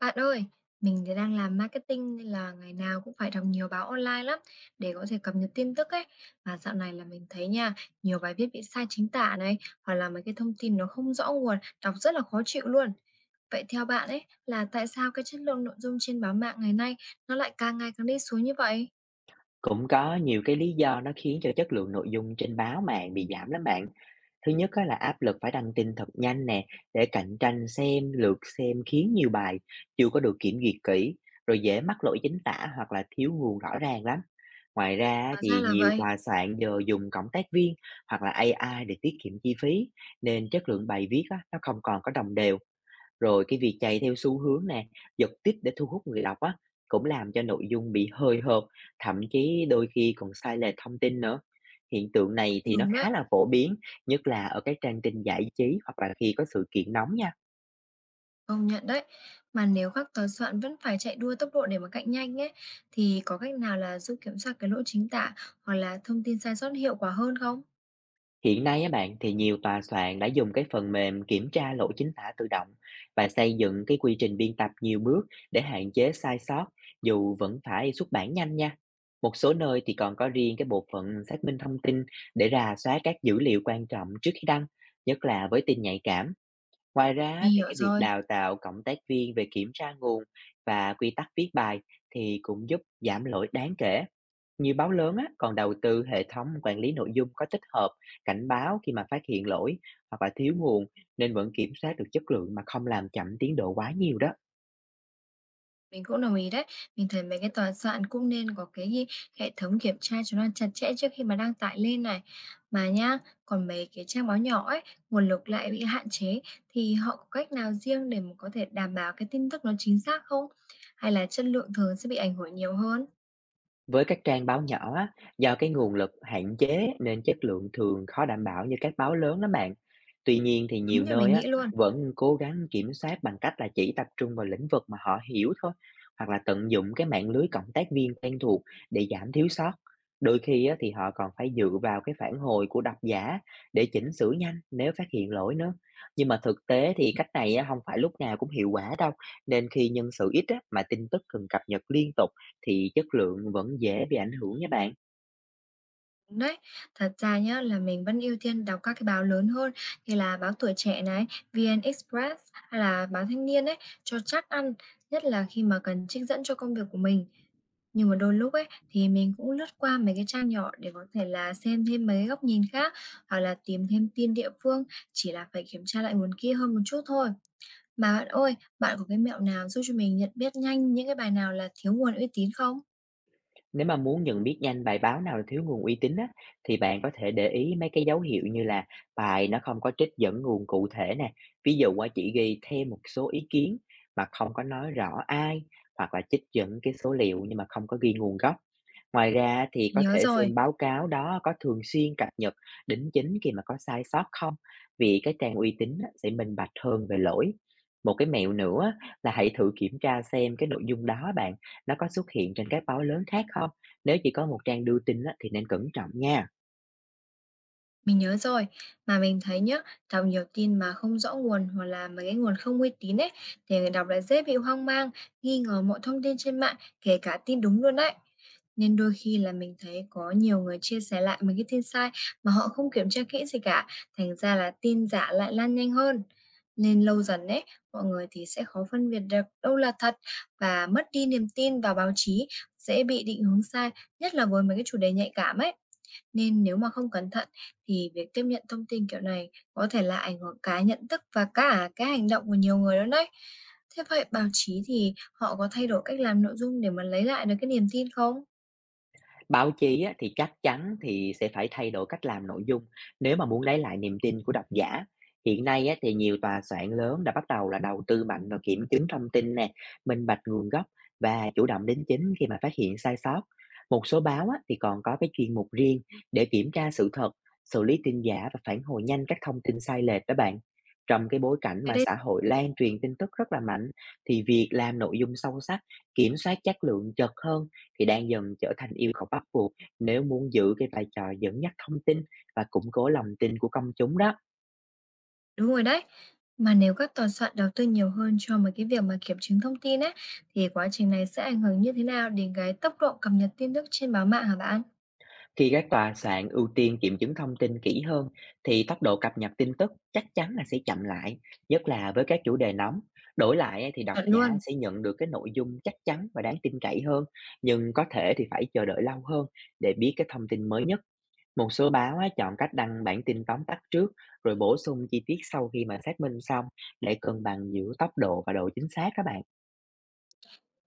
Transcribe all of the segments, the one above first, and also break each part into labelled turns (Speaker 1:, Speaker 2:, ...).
Speaker 1: Bạn ơi, mình thì đang làm marketing nên là ngày nào cũng phải đọc nhiều báo online lắm để có thể cập nhật tin tức ấy. Và dạo này là mình thấy nha, nhiều bài viết bị sai chính tả này, hoặc là mấy cái thông tin nó không rõ nguồn, đọc rất là khó chịu luôn. Vậy theo bạn ấy là tại sao cái chất lượng nội dung trên báo mạng ngày nay nó lại càng ngày càng đi xuống như vậy?
Speaker 2: Cũng có nhiều cái lý do nó khiến cho chất lượng nội dung trên báo mạng bị giảm lắm bạn. Thứ nhất á là áp lực phải đăng tin thật nhanh nè, để cạnh tranh xem, lượt xem khiến nhiều bài chưa có được kiểm duyệt kỹ, rồi dễ mắc lỗi chính tả hoặc là thiếu nguồn rõ ràng lắm. Ngoài ra á
Speaker 1: Hóa ra
Speaker 2: thì
Speaker 1: là
Speaker 2: nhiều
Speaker 1: vậy,
Speaker 2: tòa soạn giờ dùng cộng tác viên hoặc là AI để tiết kiệm chi phí, nên chất lượng bài viết á, nó không còn có đồng đều. Rồi cái việc chạy theo xu hướng nè, giật tít để thu hút người đọc á, cũng làm cho nội dung bị hơi hợt, thậm chí đôi khi còn sai lệch thông tin nữa. Hiện tượng này
Speaker 1: cũng
Speaker 2: thì nó
Speaker 1: đúng
Speaker 2: khá
Speaker 1: đấy.
Speaker 2: là phổ biến, nhất là ở các trang tin giải trí hoặc là khi có sự kiện nóng nha.
Speaker 1: Công nhận đấy. Mà nếu các tòa soạn vẫn phải chạy đua tốc độ để mà cạnh nhanh ấy, thì có cách nào là giúp kiểm soát cái lỗi chính tả hoặc là thông tin sai sót hiệu quả hơn không?
Speaker 2: Hiện nay á bạn, thì nhiều tòa soạn đã dùng cái phần mềm kiểm tra lỗi chính tả tự động và xây dựng cái quy trình biên tập nhiều bước để hạn chế sai sót, dù vẫn phải xuất bản nhanh nha. Một số nơi thì còn có riêng cái bộ phận xác minh thông tin để rà soát các dữ liệu quan trọng trước khi đăng, nhất là với tin nhạy cảm. Ngoài
Speaker 1: Mình
Speaker 2: ra thì
Speaker 1: hiểu
Speaker 2: cái việc
Speaker 1: rồi,
Speaker 2: đào tạo cộng tác viên về kiểm tra nguồn và quy tắc viết bài thì cũng giúp giảm lỗi đáng kể. Nhiều báo lớn á, còn đầu tư hệ thống quản lý nội dung có tích hợp cảnh báo khi mà phát hiện lỗi hoặc là thiếu nguồn, nên vẫn kiểm soát được chất lượng mà không làm chậm tiến độ quá nhiều đó.
Speaker 1: mình cũng đồng ý đấy. Mình thấy mấy cái tòa soạn cũng nên có cái hệ thống kiểm tra cho nó chặt chẽ trước khi mà đăng tải lên này. Mà nhá, còn mấy cái trang báo nhỏ ấy, nguồn lực lại bị hạn chế thì họ có cách nào riêng để mà có thể đảm bảo cái tin tức nó chính xác không? Hay là chất lượng thường sẽ bị ảnh hưởng nhiều hơn?
Speaker 2: Với các trang báo nhỏ á, do cái nguồn lực hạn chế nên chất lượng thường khó đảm bảo như các báo lớn lắm bạn. Tuy nhiên thì
Speaker 1: Đúng
Speaker 2: nhiều
Speaker 1: như mình
Speaker 2: nơi á,
Speaker 1: nghĩ luôn.
Speaker 2: vẫn cố gắng kiểm soát bằng cách là chỉ tập trung vào lĩnh vực mà họ hiểu thôi, hoặc là tận dụng cái mạng lưới cộng tác viên quen thuộc để giảm thiếu sót. Đôi khi á, thì họ còn phải dựa vào cái phản hồi của độc giả để chỉnh sửa nhanh nếu phát hiện lỗi nữa. Nhưng mà thực tế thì cách này á, không phải lúc nào cũng hiệu quả đâu, nên khi nhân sự ít á, mà tin tức cần cập nhật liên tục thì chất lượng vẫn dễ bị ảnh hưởng nha bạn.
Speaker 1: Đúng đấy, thật ra nhá là mình vẫn ưu tiên đọc các cái báo lớn hơn như là báo Tuổi Trẻ này, VN Express hay là báo Thanh Niên ấy, cho chắc ăn, nhất là khi mà cần trích dẫn cho công việc của mình. Nhưng mà đôi lúc ấy thì mình cũng lướt qua mấy cái trang nhỏ để có thể là xem thêm mấy góc nhìn khác hoặc là tìm thêm tin địa phương, chỉ là phải kiểm tra lại nguồn kia hơn một chút thôi. Mà bạn ơi, bạn có cái mẹo nào giúp cho mình nhận biết nhanh những cái bài nào là thiếu nguồn uy tín không?
Speaker 2: Nếu mà muốn nhận biết nhanh bài báo nào là thiếu nguồn uy tín á, thì bạn có thể để ý mấy cái dấu hiệu như là bài nó không có trích dẫn nguồn cụ thể nè. Ví dụ á, chỉ ghi thêm một số ý kiến mà không có nói rõ ai, hoặc là trích dẫn cái số liệu nhưng mà không có ghi nguồn gốc. Ngoài ra thì có
Speaker 1: Nhớ
Speaker 2: thể
Speaker 1: rồi.
Speaker 2: xem báo cáo đó có thường xuyên cập nhật đính chính khi mà có sai sót không, vì cái trang uy tín á, sẽ minh bạch hơn về lỗi. Một cái mẹo nữa là hãy thử kiểm tra xem cái nội dung đó bạn, nó có xuất hiện trên các báo lớn khác không? Nếu chỉ có một trang đưa tin á, thì nên cẩn trọng nha.
Speaker 1: Mình nhớ rồi, mà mình thấy nhá, đọc nhiều tin mà không rõ nguồn hoặc là mấy cái nguồn không uy tín ấy, thì người đọc lại dễ bị hoang mang, nghi ngờ mọi thông tin trên mạng, kể cả tin đúng luôn đấy. Nên đôi khi là mình thấy có nhiều người chia sẻ lại mấy cái tin sai mà họ không kiểm tra kỹ gì cả, thành ra là tin giả lại lan nhanh hơn. Nên lâu dần ấy, mọi người thì sẽ khó phân biệt được đâu là thật và mất đi niềm tin vào báo chí, dễ bị định hướng sai, nhất là với mấy cái chủ đề nhạy cảm ấy. Nên nếu mà không cẩn thận thì việc tiếp nhận thông tin kiểu này có thể là ảnh hưởng cái nhận thức và cả cái hành động của nhiều người đó đấy. Thế vậy báo chí thì họ có thay đổi cách làm nội dung để mà lấy lại được cái niềm tin không?
Speaker 2: Báo chí á, thì chắc chắn thì sẽ phải thay đổi cách làm nội dung nếu mà muốn lấy lại niềm tin của độc giả. Hiện nay á, thì nhiều tòa soạn lớn đã bắt đầu là đầu tư mạnh vào kiểm chứng thông tin nè, minh bạch nguồn gốc và chủ động đính chính khi mà phát hiện sai sót. Một số báo á, thì còn có cái chuyên mục riêng để kiểm tra sự thật, xử lý tin giả và phản hồi nhanh các thông tin sai lệch đó bạn. Trong cái bối cảnh
Speaker 1: Cái
Speaker 2: mà
Speaker 1: đây
Speaker 2: xã hội lan truyền tin tức rất là mạnh, thì việc làm nội dung sâu sắc, kiểm soát chất lượng chật hơn thì đang dần trở thành yêu cầu bắt buộc nếu muốn giữ cái vai trò dẫn dắt thông tin và củng cố lòng tin của công chúng đó.
Speaker 1: đúng rồi đấy. Mà nếu các tòa soạn đầu tư nhiều hơn cho một cái việc mà kiểm chứng thông tin á, thì quá trình này sẽ ảnh hưởng như thế nào đến cái tốc độ cập nhật tin tức trên báo mạng hả bạn?
Speaker 2: Khi các tòa soạn ưu tiên kiểm chứng thông tin kỹ hơn thì tốc độ cập nhật tin tức chắc chắn là sẽ chậm lại, nhất là với các chủ đề nóng. Đổi lại á, thì độc
Speaker 1: Bạn
Speaker 2: giả
Speaker 1: luôn.
Speaker 2: sẽ nhận được cái nội dung chắc chắn và đáng tin cậy hơn, nhưng có thể thì phải chờ đợi lâu hơn để biết cái thông tin mới nhất. Một số báo á, chọn cách đăng bản tin tóm tắt trước, rồi bổ sung chi tiết sau khi mà xác minh xong, để cân bằng giữa tốc độ và độ chính xác các bạn.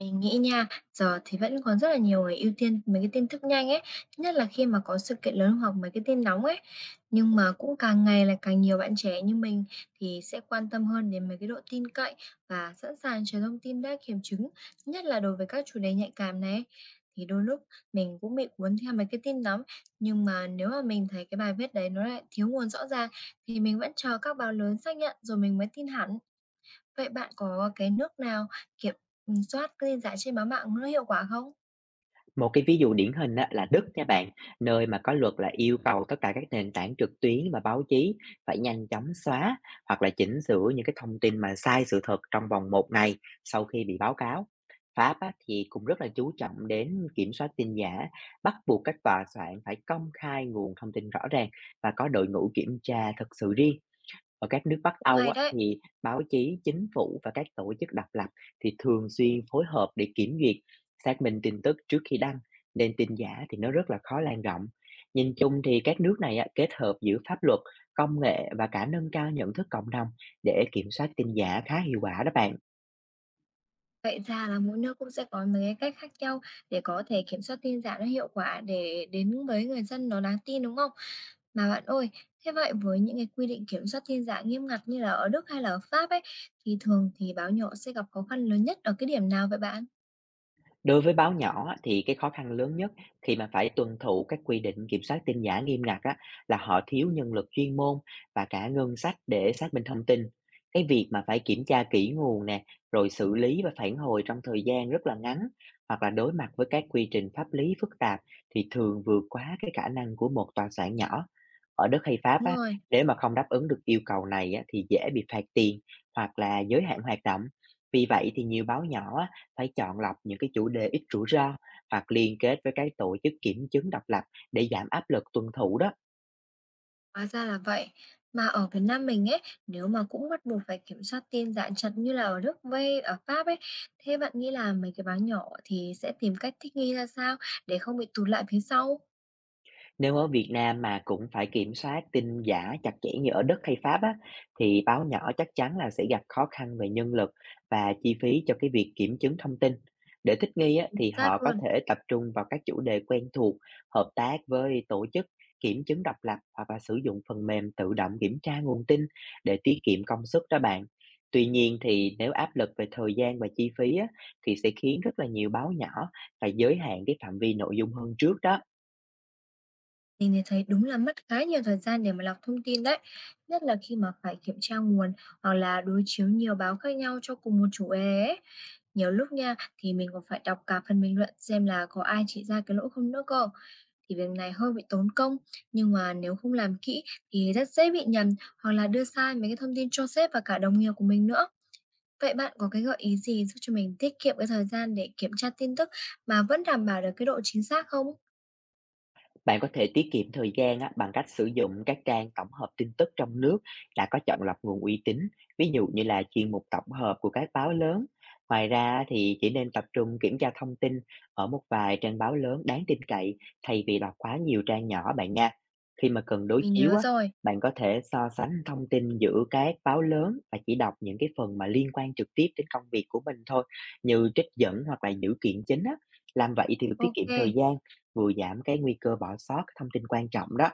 Speaker 1: Mình nghĩ nha, giờ thì vẫn còn rất là nhiều người ưu tiên mấy cái tin tức nhanh ấy, nhất là khi mà có sự kiện lớn hoặc mấy cái tin nóng ấy. Nhưng mà cũng càng ngày là càng nhiều bạn trẻ như mình thì sẽ quan tâm hơn đến mấy cái độ tin cậy và sẵn sàng chờ thông tin đã kiểm chứng, nhất là đối với các chủ đề nhạy cảm này ấy. Thì đôi lúc mình cũng bị cuốn theo mấy cái tin nóng, nhưng mà nếu mà mình thấy cái bài viết đấy nó lại thiếu nguồn rõ ràng thì mình vẫn chờ các báo lớn xác nhận rồi mình mới tin hẳn. Vậy bạn có cái nước nào kiểm, soát tin giả trên báo mạng nó hiệu quả không?
Speaker 2: Một cái ví dụ điển hình á, là Đức nha bạn, nơi mà có luật là yêu cầu tất cả các nền tảng trực tuyến và báo chí phải nhanh chóng xóa hoặc là chỉnh sửa những cái thông tin mà sai sự thật trong vòng một ngày sau khi bị báo cáo. Pháp á, thì cũng rất là chú trọng đến kiểm soát tin giả, bắt buộc các tòa soạn phải công khai nguồn thông tin rõ ràng và có đội ngũ kiểm tra thật sự riêng. Ở các nước Bắc
Speaker 1: Cũng
Speaker 2: Âu
Speaker 1: hay
Speaker 2: á,
Speaker 1: đấy.
Speaker 2: thì báo chí, chính phủ và các tổ chức độc lập thì thường xuyên phối hợp để kiểm duyệt, xác minh tin tức trước khi đăng, nên tin giả thì nó rất là khó lan rộng. Nhìn chung thì các nước này á, kết hợp giữa pháp luật, công nghệ và cả nâng cao nhận thức cộng đồng để kiểm soát tin giả khá hiệu quả đó bạn.
Speaker 1: Vậy ra là mỗi nước cũng sẽ có mấy cái cách khác nhau để có thể kiểm soát tin giả nó hiệu quả để đến với người dân nó đáng tin đúng không? Mà bạn ơi, thế vậy với những cái quy định kiểm soát tin giả nghiêm ngặt như là ở Đức hay là ở Pháp ấy, thì thường thì báo nhỏ sẽ gặp khó khăn lớn nhất ở cái điểm nào vậy bạn?
Speaker 2: Đối với báo nhỏ thì cái khó khăn lớn nhất khi mà phải tuân thủ các quy định kiểm soát tin giả nghiêm ngặt á, là họ thiếu nhân lực chuyên môn và cả ngân sách để xác minh thông tin. Cái việc mà phải kiểm tra kỹ nguồn nè, rồi xử lý và phản hồi trong thời gian rất là ngắn, hoặc là đối mặt với các quy trình pháp lý phức tạp, thì thường vượt quá cái khả năng của một tòa soạn nhỏ. Ở đất hay Pháp
Speaker 1: Đúng
Speaker 2: á,
Speaker 1: rồi.
Speaker 2: nếu mà không đáp ứng được yêu cầu này á, thì dễ bị phạt tiền hoặc là giới hạn hoạt động. Vì vậy thì nhiều báo nhỏ phải chọn lọc những cái chủ đề ít rủi ro hoặc liên kết với các tổ chức kiểm chứng độc lập để giảm áp lực tuân thủ đó.
Speaker 1: Hóa ra là vậy. Mà ở Việt Nam mình ấy, nếu mà cũng bắt buộc phải kiểm soát tin rạn chặt như là ở nước Vây, ở Pháp ấy, thế bạn nghĩ là mấy cái báo nhỏ thì sẽ tìm cách thích nghi ra sao để không bị tụt lại phía sau?
Speaker 2: Nếu ở Việt Nam mà cũng phải kiểm soát tin giả chặt chẽ như ở Đức hay Pháp á, thì báo nhỏ chắc chắn là sẽ gặp khó khăn về nhân lực và chi phí cho cái việc kiểm chứng thông tin. Để thích nghi á, thì họ
Speaker 1: Xác
Speaker 2: có
Speaker 1: luôn.
Speaker 2: thể tập trung vào các chủ đề quen thuộc, hợp tác với tổ chức kiểm chứng độc lập, hoặc là sử dụng phần mềm tự động kiểm tra nguồn tin để tiết kiệm công sức đó bạn. Tuy nhiên thì nếu áp lực về thời gian và chi phí á, thì sẽ khiến rất là nhiều báo nhỏ phải giới hạn cái phạm vi nội dung hơn trước đó.
Speaker 1: Mình thì thấy đúng là mất khá nhiều thời gian để mà lọc thông tin đấy. Nhất là khi mà phải kiểm tra nguồn hoặc là đối chiếu nhiều báo khác nhau cho cùng một chủ đề ấy. Nhiều lúc nha, thì mình còn phải đọc cả phần bình luận xem là có ai chỉ ra cái lỗi không nữa cơ. Thì việc này hơi bị tốn công, nhưng mà nếu không làm kỹ thì rất dễ bị nhầm hoặc là đưa sai mấy cái thông tin cho sếp và cả đồng nghiệp của mình nữa. Vậy bạn có cái gợi ý gì giúp cho mình tiết kiệm cái thời gian để kiểm tra tin tức mà vẫn đảm bảo được cái độ chính xác không?
Speaker 2: Bạn có thể tiết kiệm thời gian á, bằng cách sử dụng các trang tổng hợp tin tức trong nước đã có chọn lọc nguồn uy tín, ví dụ như là chuyên mục tổng hợp của các báo lớn. Ngoài ra thì chỉ nên tập trung kiểm tra thông tin ở một vài trang báo lớn đáng tin cậy, thay vì đọc quá nhiều trang nhỏ bạn nha. Khi mà cần đối
Speaker 1: Mình
Speaker 2: chiếu
Speaker 1: nhớ
Speaker 2: á,
Speaker 1: rồi.
Speaker 2: bạn có thể so sánh thông tin giữa các báo lớn và chỉ đọc những cái phần mà liên quan trực tiếp đến công việc của mình thôi, như trích dẫn hoặc là dữ kiện chính á. Làm vậy thì tiết kiệm thời
Speaker 1: OK,
Speaker 2: gian, vừa giảm cái nguy cơ bỏ sót cái thông tin quan trọng đó.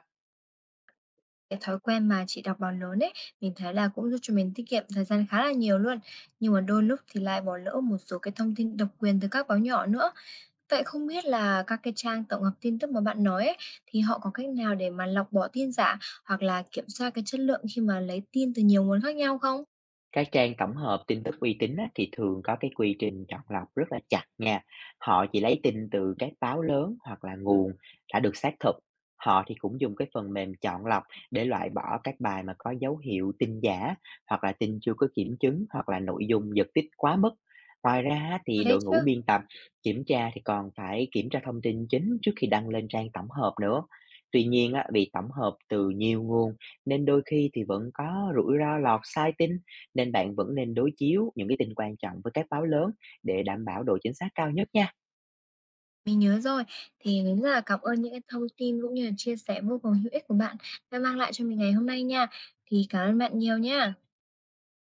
Speaker 1: cái thói quen mà chị đọc báo lớn ấy, mình thấy là cũng giúp cho mình tiết kiệm thời gian khá là nhiều luôn, nhưng mà đôi lúc thì lại bỏ lỡ một số cái thông tin độc quyền từ các báo nhỏ nữa. Vậy không biết là các cái trang tổng hợp tin tức mà bạn nói ấy, thì họ có cách nào để mà lọc bỏ tin giả hoặc là kiểm tra cái chất lượng khi mà lấy tin từ nhiều nguồn khác nhau không?
Speaker 2: Các trang tổng hợp tin tức uy tín á, thì thường có cái quy trình chọn lọc rất là chặt nha. Họ chỉ lấy tin từ các báo lớn hoặc là nguồn đã được xác thực. Họ thì cũng dùng cái phần mềm chọn lọc để loại bỏ các bài mà có dấu hiệu tin giả, hoặc là tin chưa có kiểm chứng, hoặc là nội dung giật tít quá mức. Ngoài ra á,
Speaker 1: Có
Speaker 2: thì
Speaker 1: đấy
Speaker 2: đội
Speaker 1: chứ,
Speaker 2: ngũ biên tập kiểm tra thì còn phải kiểm tra thông tin chính trước khi đăng lên trang tổng hợp nữa. Tuy nhiên á, vì tổng hợp từ nhiều nguồn nên đôi khi thì vẫn có rủi ro lọt sai tin, nên bạn vẫn nên đối chiếu những cái tin quan trọng với các báo lớn để đảm bảo độ chính xác cao nhất nha.
Speaker 1: mình nhớ rồi. Thì mình rất là cảm ơn những cái thông tin cũng như là chia sẻ vô cùng hữu ích của bạn đã mang lại cho mình ngày hôm nay nha. Thì cảm ơn bạn nhiều nha.